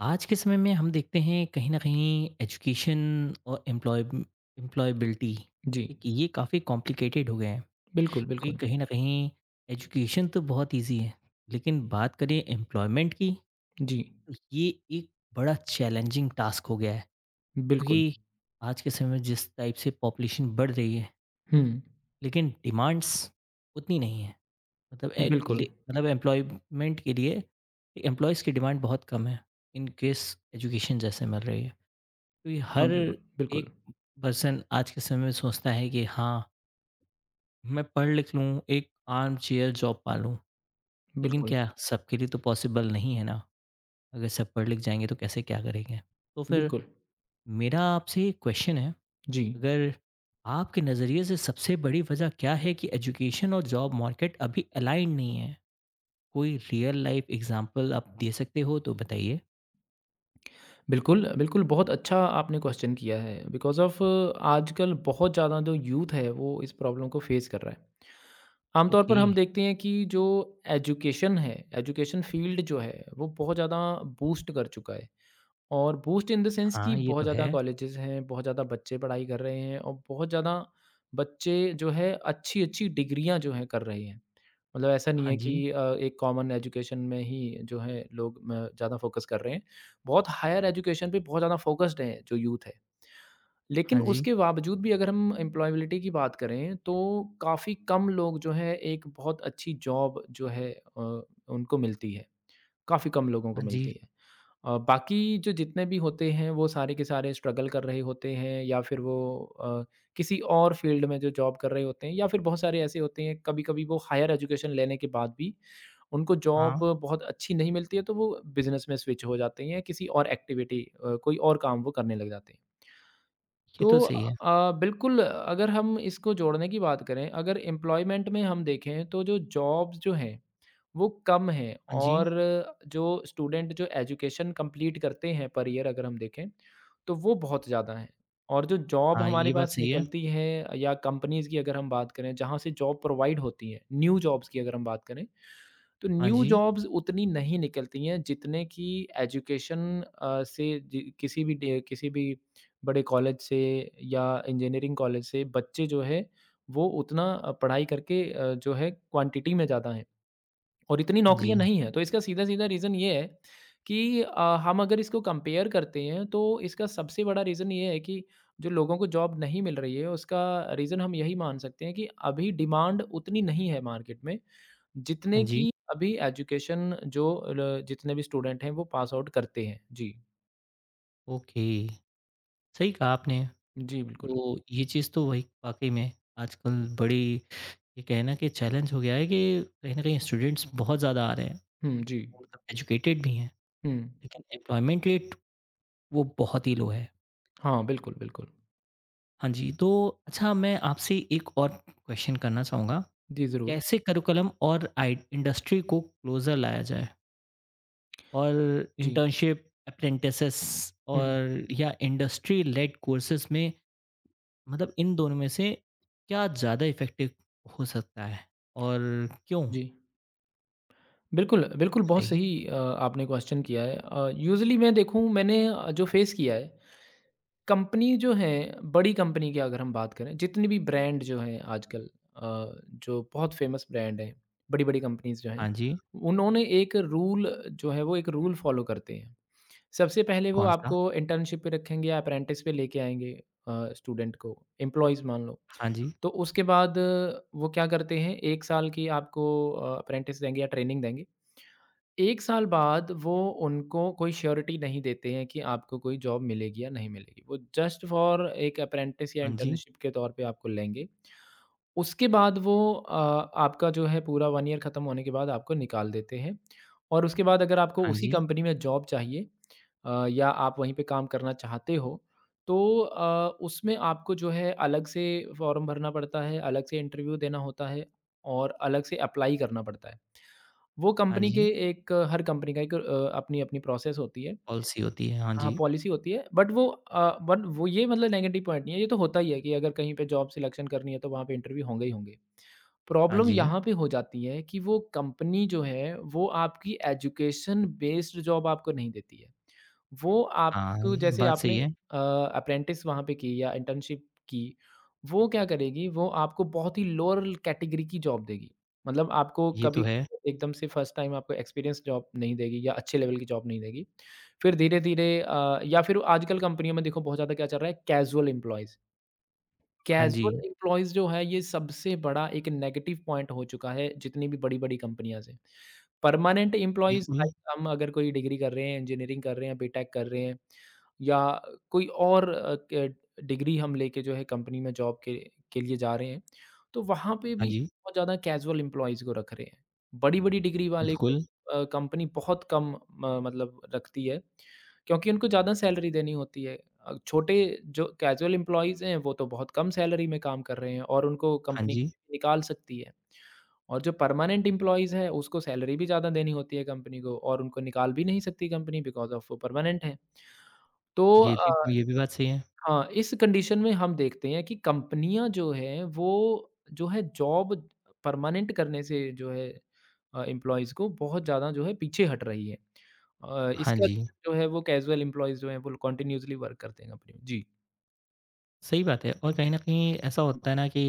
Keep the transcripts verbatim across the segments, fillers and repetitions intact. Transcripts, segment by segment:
आज के समय में हम देखते हैं कहीं ना कहीं एजुकेशन और एम्प्लॉय एम्प्लॉयबिलिटी जी, ठीक ये काफ़ी कॉम्प्लिकेटेड हो गए हैं। बिल्कुल, क्योंकि बिल्कुल। कहीं ना कहीं एजुकेशन तो बहुत इजी है, लेकिन बात करें एम्प्लॉयमेंट की, तो जी, ये एक बड़ा चैलेंजिंग टास्क हो गया है। बिल्कुल। क्योंकि आज के समय में जिस टाइप से पॉपुलेशन बढ़ रही है हुँ, ठीक, लेकिन डिमांड्स उतनी नहीं है। मतलब ए, बिल्कुल। ले- मतलब एम्प्लॉयमेंट के लिए एम्प्लॉयज़ की डिमांड बहुत कम है। इन केस एजुकेशन जैसे मिल रही है, क्योंकि हाँ, हर बिल्कुल, बिल्कुल, एक पर्सन आज के समय में सोचता है कि हाँ, मैं पढ़ लिख लूँ, एक आर्म चेयर जॉब पा लूँ। लेकिन बिल्कुल, क्या सबके लिए तो पॉसिबल नहीं है ना? अगर सब पढ़ लिख जाएँगे तो कैसे क्या करेंगे? तो फिर बिल्कुल। मेरा आपसे एक क्वेश्चन है, जी, अगर आपके नज़रिए से सबसे बड़ी वजह क्या है कि एजुकेशन और जॉब मार्केट अभी अलाइन्ड नहीं है? कोई रियल लाइफ़ एग्ज़ाम्पल आप दे सकते हो तो बताइए? बिल्कुल, बिल्कुल, बहुत अच्छा आपने क्वेश्चन किया है, बिकॉज़ ऑफ़ आजकल बहुत ज़्यादा जो यूथ है, वो इस प्रॉब्लम को फ़ेस कर रहा है। आम तौर पर ओके, हम देखते हैं कि जो एजुकेशन है, एजुकेशन फ़ील्ड जो है, वो बहुत ज़्यादा बूस्ट कर चुका है। और बूस्ट इन द सेंस कि हाँ, ये बहुत तो है। ज़्यादा कॉलेजेस हैं, बहुत ज़्यादा बच्चे पढ़ाई कर रहे हैं, और बहुत ज़्यादा बच्चे जो है अच्छी-अच्छी डिग्रियाँ जो हैं कर रहे हैं। मतलब ऐसा नहीं हाँ है कि जी, अ, एक कॉमन एजुकेशन में ही जो है लोग म ज़्यादा फ़ोकस कर रहे हैं। बहुत हायर एजुकेशन पे बहुत ज़्यादा फ़ोकस्ड है जो यूथ है। लेकिन हाँ जी, उसके बावजूद भी अगर हम एम्प्लॉयबिलिटी की बात करें, तो काफ़ी कम लोग जो है एक बहुत अच्छी जॉब जो है अ, उनको मिलती है। काफ़ी कम लोगों को हाँ मिलती जी, है। अ, बाकी जो जितने भी होते हैं वो सारे के सारे स्ट्रगल कर रहे होते हैं, या फिर वो अ, किसी और फील्ड में जो जॉब कर रहे होते हैं, या फिर बहुत सारे ऐसे होते हैं कभी-कभी वो हायर एजुकेशन लेने के बाद भी उनको जॉब हाँ, बहुत अच्छी नहीं मिलती है, तो वो बिज़नेस में स्विच हो जाते हैं या किसी और एक्टिविटी अ, कोई और काम वो करने लग जाते हैं। ये तो तो सही है। अ, बिल्कुल अगर हम इसको जोड़ने की बात करें, अगर एम्प्लॉयमेंट में हम देखें तो जो जॉब्स जो हैं, वो कम हैं, हाँ जी। और जो स्टूडेंट जो एजुकेशन कंप्लीट करते हैं पर ईयर अगर हम देखें, तो वो बहुत ज़्यादा हैं। और जो जॉब हाँ, हमारे ये बात पास सही है। निकलती है या कंपनीज़ की अगर हम बात करें, जहाँ से जॉब प्रोवाइड होती है, न्यू जॉब्स की अगर हम बात करें, तो हाँ न्यू जी, जॉब्स उतनी नहीं निकलती हैं जितने कि एजुकेशन अ, से जि किसी भी डे किसी भी बड़े कॉलेज से या इंजीनियरिंग कॉलेज से बच्चे जो है वो उतना अ, पढ़ाई करके अ, जो है क्वांटिटी में ज़्यादा हैं और इतनी हाँ नौकरियाँ जी, नहीं हैं। तो इसका सीधा-सीधा रीज़न ये है कि अ, हम अगर इसको कंपेयर करते हैं तो इसका सबसे बड़ा रीज़न ये है कि जो लोगों को जॉब नहीं मिल रही है उसका रीज़न हम यही मान सकते हैं कि अभी डिमांड उतनी नहीं है मार्केट में जितने हाँ जी। की अभी एजुकेशन जो ल जितने भी स्टूडेंट हैं वो पास आउट करते हैं। जी। ओके, सही कहा आपने। जी, बिल्कुल। तो ये चीज़ तो वही वाक़ई में आजकल बड़ी ये कहें ना कि चैलेंज हो गया है कि कहीं न कहीं स्टूडेंट्स बहुत ज़्यादा आ रहे हैं। हुँ, एक जी। मतलब एजुकेटेड भी हैं, हुँ। लेकिन एम्प्लॉयमेंट रेट वो बहुत ही लो है। हाँ, बिल्कुल, बिल्कुल। हाँ जी, तो अच्छा मैं आपसे एक और क्वेश्चन करना चाहूँगा। जी, ज़रूर। कैसे करिकुलम और आई इंडस्ट्री को क्लोज़र लाया जाए? और जी। इंटर्नशिप, अप्रेंटिसेस हुँ, हुँ। और या इंडस्ट्री लेड कोर्सेज़ में मतलब इन दोनों में से क्या ज़्यादा इफ़ेक्टिव हो सकता है और क्यों? जी। बिल्कुल, बिल्कुल बहुत बताइए। सही अ, आपने क्वेश्चन किया है। अ, यूजुअली मैं देखूँ मैंने अ, जो फेस किया है, कंपनी जो हैं बड़ी कंपनी की अगर हम बात करें, जितनी भी ब्रांड जो हैं आजकल अ, जो बहुत फेमस ब्रांड हैं, बड़ी-बड़ी कंपनीज़ जो हाँ हैं, जी, उन्होंने एक रूल जो है वो एक रूल फॉलो करते हैं। सबसे पहले वो कौन-सा? आपको इंटर्नशिप पे रखेंगे या अप्रेंटिस पे लेके आएँगे, अ, स्टूडेंट को, एम्प्लॉइज़ मान लो। हाँ जी, तो उसके बाद अ, वो क्या करते हैं एक साल की आपको अ, अप्रेंटिस देंगे या ट्रेनिंग देंगे। एक साल बाद वो उनको कोई श्योरिटी नहीं देते हैं कि आपको कोई जॉब मिलेगी या नहीं मिलेगी। वो जस्ट फ़ॉर एक अप्रेंटिस या हाँ जी, इंटर्नशिप के तौर पे आपको लेंगे। उसके बाद वो अ, आपका जो है पूरा वन ईयर ख़त्म होने के बाद आपको निकाल देते हैं, और उसके बाद अगर आपको हाँ उसी जी, कंपनी में जॉब चाहिए अ, या आप वहीं पे काम करना चाहते हो, तो अ, उसमें आपको जो है अलग से फॉर्म भरना पड़ता है, अलग से इंटरव्यू देना होता है और अलग से अप्लाई करना पड़ता है। वो हाँ कंपनी जी, के एक हर कंपनी का एक अ, अपनी-अपनी प्रोसेस होती है। पॉलिसी होती है। हाँ हाँ, जी, पॉलिसी होती है बट वो अ, बट वो ये मतलब नेगेटिव पॉइंट नहीं है, ये तो होता ही है कि अगर कहीं पे जॉब सिलेक्शन करनी है तो वहाँ पे इंटरव्यू होंगे ही होंगे। हाँ प्रॉब्लम जी, यहाँ पे हो जाती है कि वो कंपनी जो है वो आपकी एजुकेशन बेस्ड जॉब आपको नहीं देती है। वो हाँ, आपको ये जैसे बात सही आपने है। अ, अप्रेंटिस वहाँ पे की या इंटर्नशिप की, वो क्या करेगी वो आपको बहुत ही लोअर कैटेगरी की जॉब देगी। मतलब आपको ये तो कभी है। एकदम से फर्स्ट टाइम आपको एक्सपीरियंस जॉब नहीं देगी या अच्छे लेवल की जॉब नहीं देगी। फिर धीरे-धीरे अ, या फिर आजकल कंपनियों में देखो बहुत ज़्यादा क्या चल रहा है, कैज़ुअल एम्प्लॉइज़ हाँ जी, कैजुअल एम्प्लॉइज़ जो है ये सबसे बड़ा एक नेगेटिव पॉइंट हो चुका है जितनी भी बड़ी-बड़ी कंपनियाँ से। परमानेंट एम्प्लॉइज़ बिल्कुल। लाइक हम अगर कोई डिग्री कर रहे हैं, इंजीनियरिंग कर रहे हैं, बीटेक कर रहे हैं या कोई और अ, क डिग्री हम लेके जो है कंपनी में जॉब के के लिए जा रहे हैं, तो वहाँ पे हाँ भी जी, बहुत ज़्यादा कैजुअल एम्प्लॉइज़ को रख रहे हैं। बड़ी-बड़ी डिग्री वाले को बिल्कुल। अ, कंपनी बहुत कम म मतलब रखती है, क्योंकि उनको ज़्यादा सैलरी देनी होती है। अ, छोटे जो कैजुअल एम्प्लॉइज़ हैं, वो तो बहुत कम सैलरी में काम कर रहे हैं और उनको हाँ कंपनी जी, निकाल सकती है, और जो परमानेंट एम्प्लॉइज़ हैं, उसको सैलरी भी ज़्यादा देनी होती है कंपनी को और उनको निकाल भी नहीं सकती कंपनी बिकॉज़ ऑफ़ वो परमानेंट हैं। तो ये अ, थी ये भी बात सही है। हाँ, इस कंडीशन में हम देखते हैं कि कंपनियाँ जो हैं, वो जो है जॉब परमानेंट करने से जो है अ, एम्प्लॉइज़ को बहुत ज़्यादा जो है पीछे हट रही है। अ, हाँ इसका जी। जो है वो कैजुअल एम्प्लॉइज़ जो हैं, वो कंटीन्यूअसली वर्क करते हैं कंपनी में। जी। सही बात है और कहीं न कहीं ऐसा होता है ना कि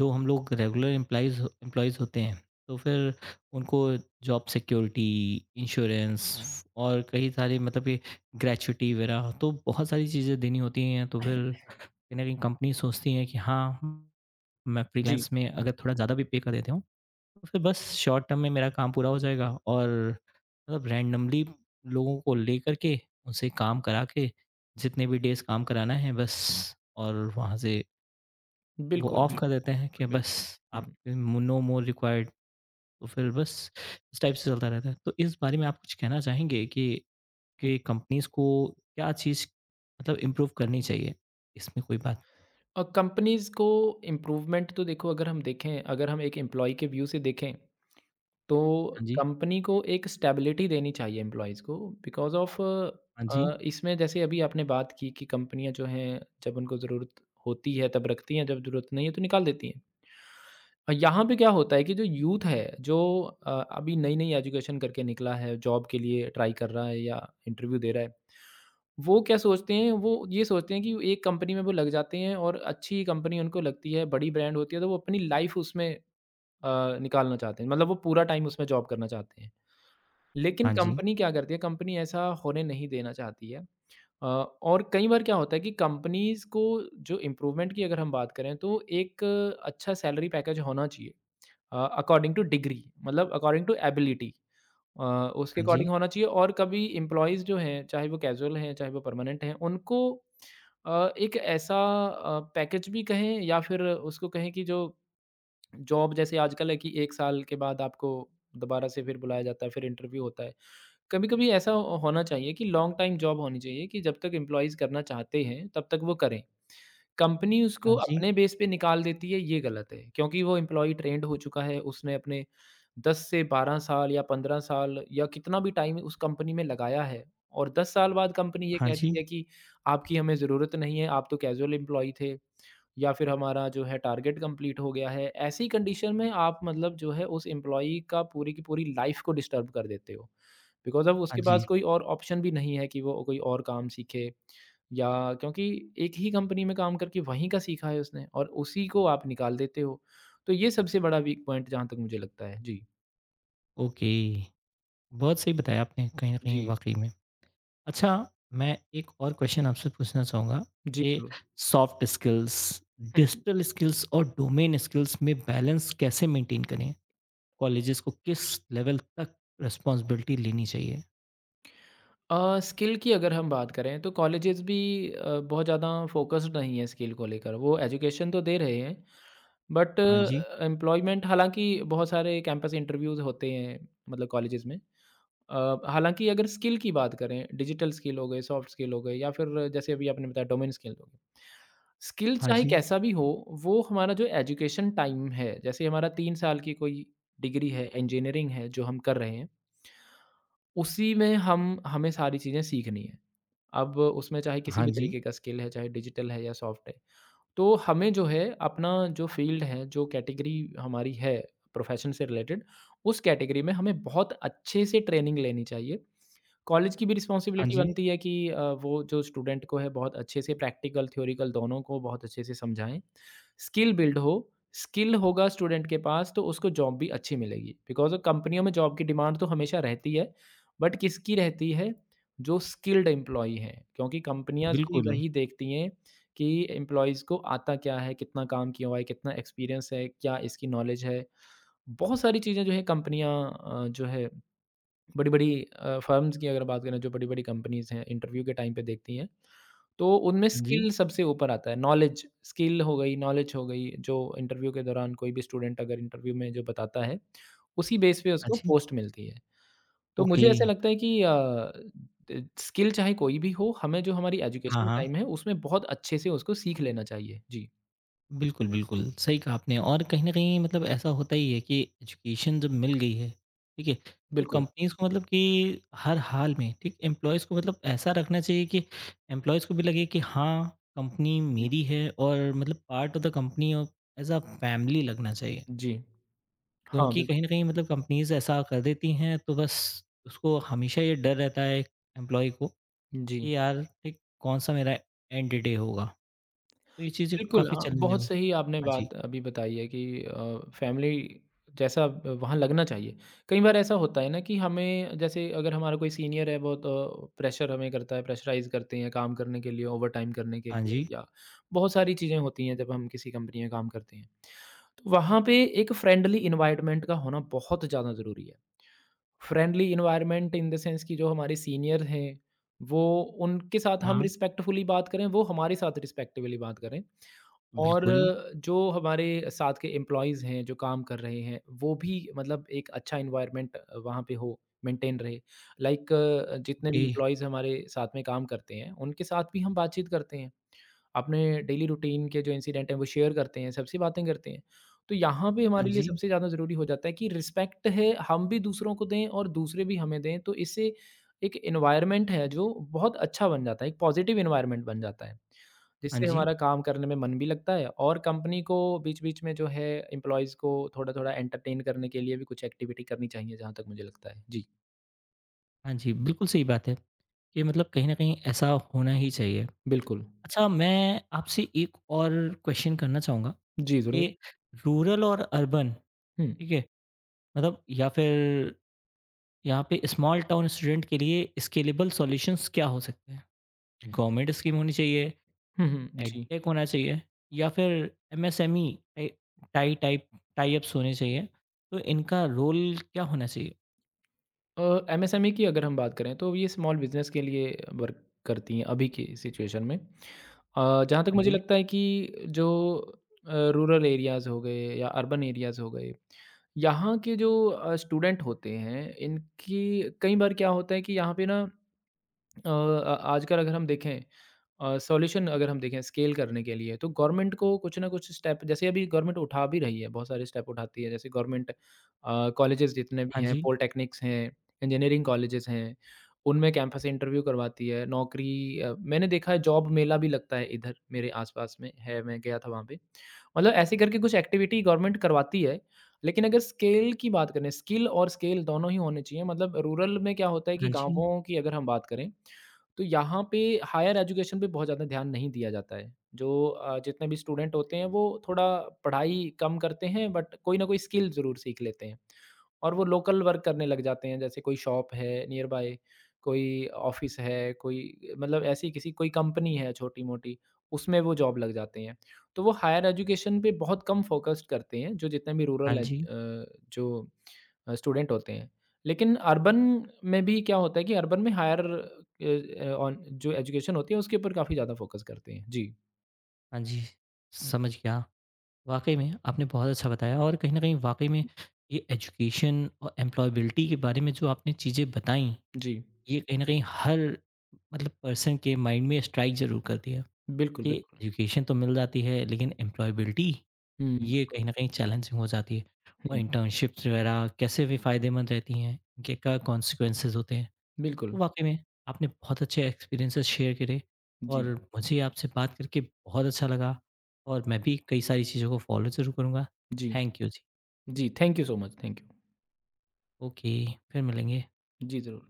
जो हम लोग रेगुलर एम्प्लॉइज़ एम्प्लॉइज़ होते हैं, तो फिर उनको जॉब सिक्योरिटी, इंश्योरेंस और कई सारे मतलब ये ग्रेच्युटी वगैरह तो बहुत सारी चीज़ें देनी होती हैं। तो फिर कहीं न कहीं कंपनी सोचती है कि हाँ, मैं जी। फ्रीलांस में अगर थोड़ा ज़्यादा भी पे कर देता हूँ, तो फिर बस शॉर्ट टर्म में मेरा काम पूरा हो जाएगा और मतलब रैंडमली लोगों को लेकर के उनसे काम करा के जितने भी डेज़ काम कराना है बस, और वहाँ से वो बिल्कुल, ऑफ कर बिल्कुल, देते हैं कि बस बिल्कुल। आप हुँ। No more required. तो फिर बस इस टाइप से चलता रहता है, तो इस बारे में आप कुछ कहना चाहेंगे कि कि कंपनीज को क्या चीज़ मतलब इम्प्रूव करनी चाहिए, इसमें कोई बात। और कंपनीज़ को इम्प्रूवमेंट तो देखो अगर हम देखें, अगर हम एक एम्प्लॉयी के व्यू से देखें, तो हाँ जी, कंपनी को एक स्टेबिलिटी देनी चाहिए एम्प्लॉइज़ को, बिकॉज़ ऑफ़ हाँ जी, अ, इसमें जैसे अभी आपने बात की कि कंपनियाँ जो हैं जब उनको ज़रूरत होती है तब रखती हैं, जब ज़रूरत नहीं है तो निकाल देती हैं। अ, यहाँ पे क्या होता है कि जो यूथ है जो अ, अभी नई-नई एजुकेशन करके निकला है, जॉब के लिए ट्राई कर रहा है या इंटरव्यू दे रहा है, वो क्या सोचते हैं, वो ये सोचते हैं कि एक कंपनी में वो लग जाते हैं और अच्छी कंपनी उनको लगती है, बड़ी ब्रांड होती है तो वो अपनी लाइफ़ उसमें अ, निकालना चाहते हैं। मतलब वो पूरा टाइम उसमें जॉब करना चाहते हैं। लेकिन हाँ जी, कंपनी क्या करती है, कंपनी ऐसा होने नहीं देना चाहती है। अ, और कई बार क्या होता है कि कंपनीज़ को जो इम्प्रूवमेंट की अगर हम बात करें तो एक अच्छा सैलरी पैकेज होना चाहिए अ, अकॉर्डिंग टू डिग्री मतलब अकॉर्डिंग टू एबिलिटी, अ, उसके हाँ जी, अकॉर्डिंग होना चाहिए, और कभी एम्प्लॉइज़ जो हैं, चाहे वो कैज़ुअल हैं, चाहे वो परमानेंट हैं, उनको अ, एक ऐसा अ, पैकेज भी कहें या फिर उसको कहें कि जो जॉब जैसे आजकल है कि एक साल के बाद आपको दोबारा से फिर बुलाया जाता है, फिर इंटरव्यू होता है। कभी-कभी ऐसा हो- होना चाहिए कि लॉन्ग टाइम जॉब होनी चाहिए कि जब तक एम्प्लॉइज़ करना चाहते हैं, तब तक वो करें। कंपनी हाँ उसको जी, अपने बेस पे निकाल देती है, ये गलत है। क्योंकि वो एम्प्लॉयी ट्रेंड हो चुका है, उसने अपने दस से बारह साल या पंद्रह साल या कितना भी टाइम उस कंपनी में लगाया है, और दस साल बाद कंपनी ये हाँ जी, कहती है कि आपकी हमें ज़रूरत नहीं है, आप तो कैज़ुअल एम्प्लॉयी थे। या फिर हमारा जो है टारगेट कंप्लीट हो गया है, ऐसी कंडीशन में आप मतलब जो है उस एम्प्लॉई का पूरी की पूरी लाइफ को डिस्टर्ब कर देते हो, बिकॉज अब हाँ उसके जी, पास कोई और ऑप्शन भी नहीं है कि वो कोई और काम सीखे, या क्योंकि एक ही कंपनी में काम करके वहीं का सीखा है उसने और उसी को आप निकाल देते हो। तो ये सबसे बड़ा वीक पॉइंट जहाँ तक मुझे लगता है जी। ओके, बहुत सही बताया आपने कहीं न कहीं जी। वाक़ई में। अच्छा मैं एक और क्वेश्चन आपसे पूछना चाहूँगा जी, कि ज़रूर। सॉफ्ट स्किल्स, हम्म। डिजिटल स्किल्स और डोमेन स्किल्स में बैलेंस कैसे मेंटेन करें? कॉलेजेस को किस लेवल तक रिस्पॉन्सिबिलिटी लेनी चाहिए? अ स्किल की अगर हम बात करें तो कॉलेजेस भी अ, बहुत ज़्यादा फोकस्ड नहीं है स्किल को लेकर, वो एजुकेशन तो दे रहे हैं बट हाँ जी, एम्प्लॉयमेंट, हालाँकि बहुत सारे कैंपस इंटरव्यूज़ होते हैं मतलब कॉलेजेस में। अ, हालाँकि अगर स्किल की बात करें, डिजिटल स्किल हो गए, सॉफ्ट स्किल हो गए या फिर जैसे अभी आपने बताया डोमेन स्किल हो गए। स्किल हाँ चाहे जी, कैसा भी हो, वो हमारा जो एजुकेशन टाइम है, जैसे हमारा तीन साल की कोई डिग्री है, इंजीनियरिंग है जो हम कर रहे हैं, उसी में हम हमें सारी चीज़ें सीखनी है। अब उसमें चाहे किसी हाँ भी जी, तरीके का स्किल है, चाहे डिजिटल है या सॉफ्ट है। तो हमें जो है अपना जो फ़ील्ड है, जो कैटेगरी हमारी है प्रोफ़ेशन से रिलेटेड, उस कैटेगरी में हमें बहुत अच्छे से ट्रेनिंग लेनी चाहिए। कॉलेज की भी हाँ रिस्पॉन्सिबिलिटी जी, बनती है कि अ, वो जो स्टूडेंट को है बहुत अच्छे से प्रैक्टिकल थ्योरिकल दोनों को बहुत अच्छे से समझाएं, स्किल बिल्ड हो। स्किल होगा स्टूडेंट के पास तो उसको जॉब भी अच्छी मिलेगी, बिकॉज कंपनियों में जॉब की डिमांड तो हमेशा रहती है। बट किसकी रहती है? जो स्किल्ड एम्प्लॉई हैं, क्योंकि कंपनियां भी बिल्कुल। वही देखती हैं कि एम्प्लॉयज़ को आता क्या है कितना काम किया हुआ है, कितना एक्सपीरियंस है, क्या इसकी नॉलेज है। बहुत सारी चीज़ें जो है कंपनियां अ, जो है बड़ी-बड़ी अ, फर्म्स की अगर बात करें, जो बड़ी-बड़ी कंपनीज़ हैं, इंटरव्यू के टाइम पे देखती हैं, तो उनमें हाँ जी, स्किल सबसे ऊपर आता है। नॉलेज, स्किल हो गई, नॉलेज हो गई, जो इंटरव्यू के दौरान कोई भी स्टूडेंट अगर इंटरव्यू में जो बताता है, उसी बेस पे हाँ उसको जी, पोस्ट मिलती है। तो ओके। मुझे ऐसा लगता है कि अ, द स्किल चाहे कोई भी हो, हमें जो हमारी हाँ, एजुकेशन हाँ, टाइम है, उसमें बहुत अच्छे से उसको सीख लेना चाहिए। जी, बिल्कुल, बिल्कुल, सही कहा आपने और कहीं न कहीं मतलब ऐसा होता ही है कि एजुकेशन जब मिल गई है, ठीक है, तो बिल्कुल। कंपनीज़ को मतलब कि हर हाल में ठीक एम्प्लॉइज़ को मतलब ऐसा रखना चाहिए कि एम्प्लॉइज़ को भी लगे कि हाँ, कंपनी हुँ, मेरी है और मतलब पार्ट ऑफ द कंपनी और एज़ अ फैमिली लगना चाहिए। जी। हाँ, क्योंकि बिल्कुल। कहीं न कहीं मतलब कंपनीज़ ऐसा कर देती हैं, तो बस उसको हमेशा ये डर रहता है एम्प्लॉयी को जी। कि यार ठीक कौन-सा मेरा एंड डे होगा। तो ये चीज़ें बिल्कुल, काफ़ी हाँ, चैलेंजिंग बहुत है। सही आपने हाँ जी, बात अभी बताई है कि अ, फैमिली जैसा अ, वहाँ लगना चाहिए। कई बार ऐसा होता है ना कि हमें, जैसे अगर हमारा कोई सीनियर है, बहुत अ, प्रेशर हमें करता है, प्रेशराइज़ करते हैं काम करने के लिए, ओवरटाइम करने के हाँ लिए, जी, या बहुत सारी चीज़ें होती हैं जब हम किसी कंपनी में काम करते हैं। तो वहाँ पे एक फ्रेंडली एनवायरनमेंट का होना बहुत ज़्यादा ज़रूरी है। Friendly environment in the sense कि जो हमारे सीनियर हैं, वो, उनके साथ हाँ, हम रिस्पेक्टफुली बात करें, वो हमारे साथ रिस्पेक्टफुली बात करें। और बिल्कुल, जो हमारे साथ के एम्प्लॉइज़ हैं, जो काम कर रहे हैं, वो भी मतलब एक अच्छा एनवायरनमेंट वहाँ पे हो, मेंटेन रहे। लाइक जितने भी ओके, एम्प्लॉइज़ हमारे साथ में काम करते हैं, उनके साथ भी हम बातचीत करते हैं। अपने डेली रूटीन के जो इंसिडेंट हैं वो शेयर करते हैं, सबसे बातें करते हैं। तो यहाँ पे हाँ हमारे लिए जी, सबसे ज़्यादा ज़रूरी हो जाता है कि रिस्पेक्ट है, हम भी दूसरों को दें और दूसरे भी हमें दें। तो इससे एक एनवायरनमेंट है जो बहुत अच्छा बन जाता है, एक पॉजिटिव एनवायरनमेंट बन जाता है, हाँ जिससे जी, हमारा काम करने में मन भी लगता है। और कंपनी को बीच-बीच में जो है एम्प्लॉइज़ को थोड़ा-थोड़ा एंटरटेन करने के लिए भी कुछ एक्टिविटी करनी चाहिए, जहाँ तक मुझे लगता है। जी, हाँ जी, बिल्कुल सही बात है। ये मतलब कहीं न कहीं ऐसा होना ही चाहिए। बिल्कुल। अच्छा मैं आपसे एक और क्वेश्चन करना चाहूँगा जी, ज़रूर। कि रूरल और अर्बन हुँ। ठीक है? मतलब या फिर यहाँ पे स्मॉल टाउन स्टूडेंट के लिए स्केलेबल सॉल्यूशंस क्या हो सकते हैं? गवर्नमेंट स्कीम होनी चाहिए, हुँ, हुँ। जी। एडटेक होना चाहिए, या फिर MSME tie tie type tie ups होने चाहिए। तो इनका रोल क्या होना चाहिए? Uh, M S M E की अगर हम बात करें, तो ये स्मॉल बिज़नेस के लिए वर्क करती हैं अभी की सिचुएशन में। अ, जहाँ तक हाँ मुझे जी, लगता है कि जो अ, रूरल एरियाज़ हो गए या अर्बन एरियाज़ हो गए, यहाँ के जो अ, स्टूडेंट होते हैं, इनकी कई बार क्या होता है कि यहाँ पे ना अ, अ, आजकल अगर हम देखें, अ, सॉल्यूशन अगर हम देखें स्केल करने के लिए, तो गवर्नमेंट को कुछ ना कुछ स्टेप, जैसे अभी गवर्नमेंट उठा भी रही है, बहुत सारे स्टेप उठाती है। जैसे गवर्नमेंट कॉलेजेस जितने हाँ भी हैं, जी, पॉलिटेक्निक्स हैं, इंजीनियरिंग कॉलेजेस हैं, उनमें कैंपस इंटरव्यू करवाती है। नौकरी, अ, मैंने देखा है जॉब मेला भी लगता है, इधर मेरे आसपास में है, मैं गया था वहाँ पे। मतलब ऐसे करके कुछ एक्टिविटी गवर्नमेंट करवाती है। लेकिन अगर स्केल की बात करें, स्किल और स्केल दोनों ही होने चाहिए। मतलब रूरल में क्या होता है कि हाँ जी, गांवों की अगर हम बात करें, तो यहाँ पे हायर एजुकेशन पे बहुत ज़्यादा ध्यान नहीं दिया जाता है। जो अ, जितने भी स्टूडेंट होते हैं, वो थोड़ा पढ़ाई कम करते हैं, बट कोई ना कोई स्किल ज़रूर सीख लेते हैं, और वो लोकल वर्क करने लग जाते हैं। जैसे कोई शॉप है नियर बाय, कोई ऑफ़िस है, कोई मतलब ऐसी किसी, कोई कंपनी है छोटी-मोटी, उसमें वो जॉब लग जाते हैं। तो वो हायर एजुकेशन पे बहुत कम फ़ोकस्ड करते हैं, जो जितने भी हाँ रूरल हुँ, है जी, हुँ। अ, जो अ, स्टूडेंट होते हैं। लेकिन अर्बन में भी क्या होता है कि अर्बन में हायर अ, ऑन जो एजुकेशन होती है उसके ऊपर काफ़ी ज़्यादा फ़ोकस करते हैं। जी। हाँ जी। समझ गया। वाक़ई में आपने बहुत अच्छा बताया और कहीं न कहीं वाक़ई में जी, ये एजुकेशन और एम्प्लॉयबिलिटी के बारे में जो आपने चीज़ें बताई, जी। ये कहीं न कहीं हर मतलब पर्सन के माइंड में स्ट्राइक ज़रूर करती है। बिल्कुल, कि बिल्कुल। एजुकेशन तो मिल जाती है लेकिन एम्प्लॉयबिलिटी, हुँ, ये कहीं बिल्कुल। न कहीं चैलेंजिंग हो जाती है और हुँ, इंटर्नशिप्स वगैरह कैसे भी फ़ायदेमंद रहती हैं, इनके क्या कॉन्सिक्वेंसेज़ होते हैं। तो बिल्कुल। वाक़ई में आपने बहुत अच्छे एक्सपीरियंसेस शेयर करे जी, और मुझे आपसे बात करके बहुत अच्छा लगा और मैं भी कई सारी चीज़ों को फ़ॉलो ज़रूर करूँगा। जी, थैंक यू जी। जी। Thank you so much, thank you. Okay, फिर मिलेंगे। जी, ज़रूर।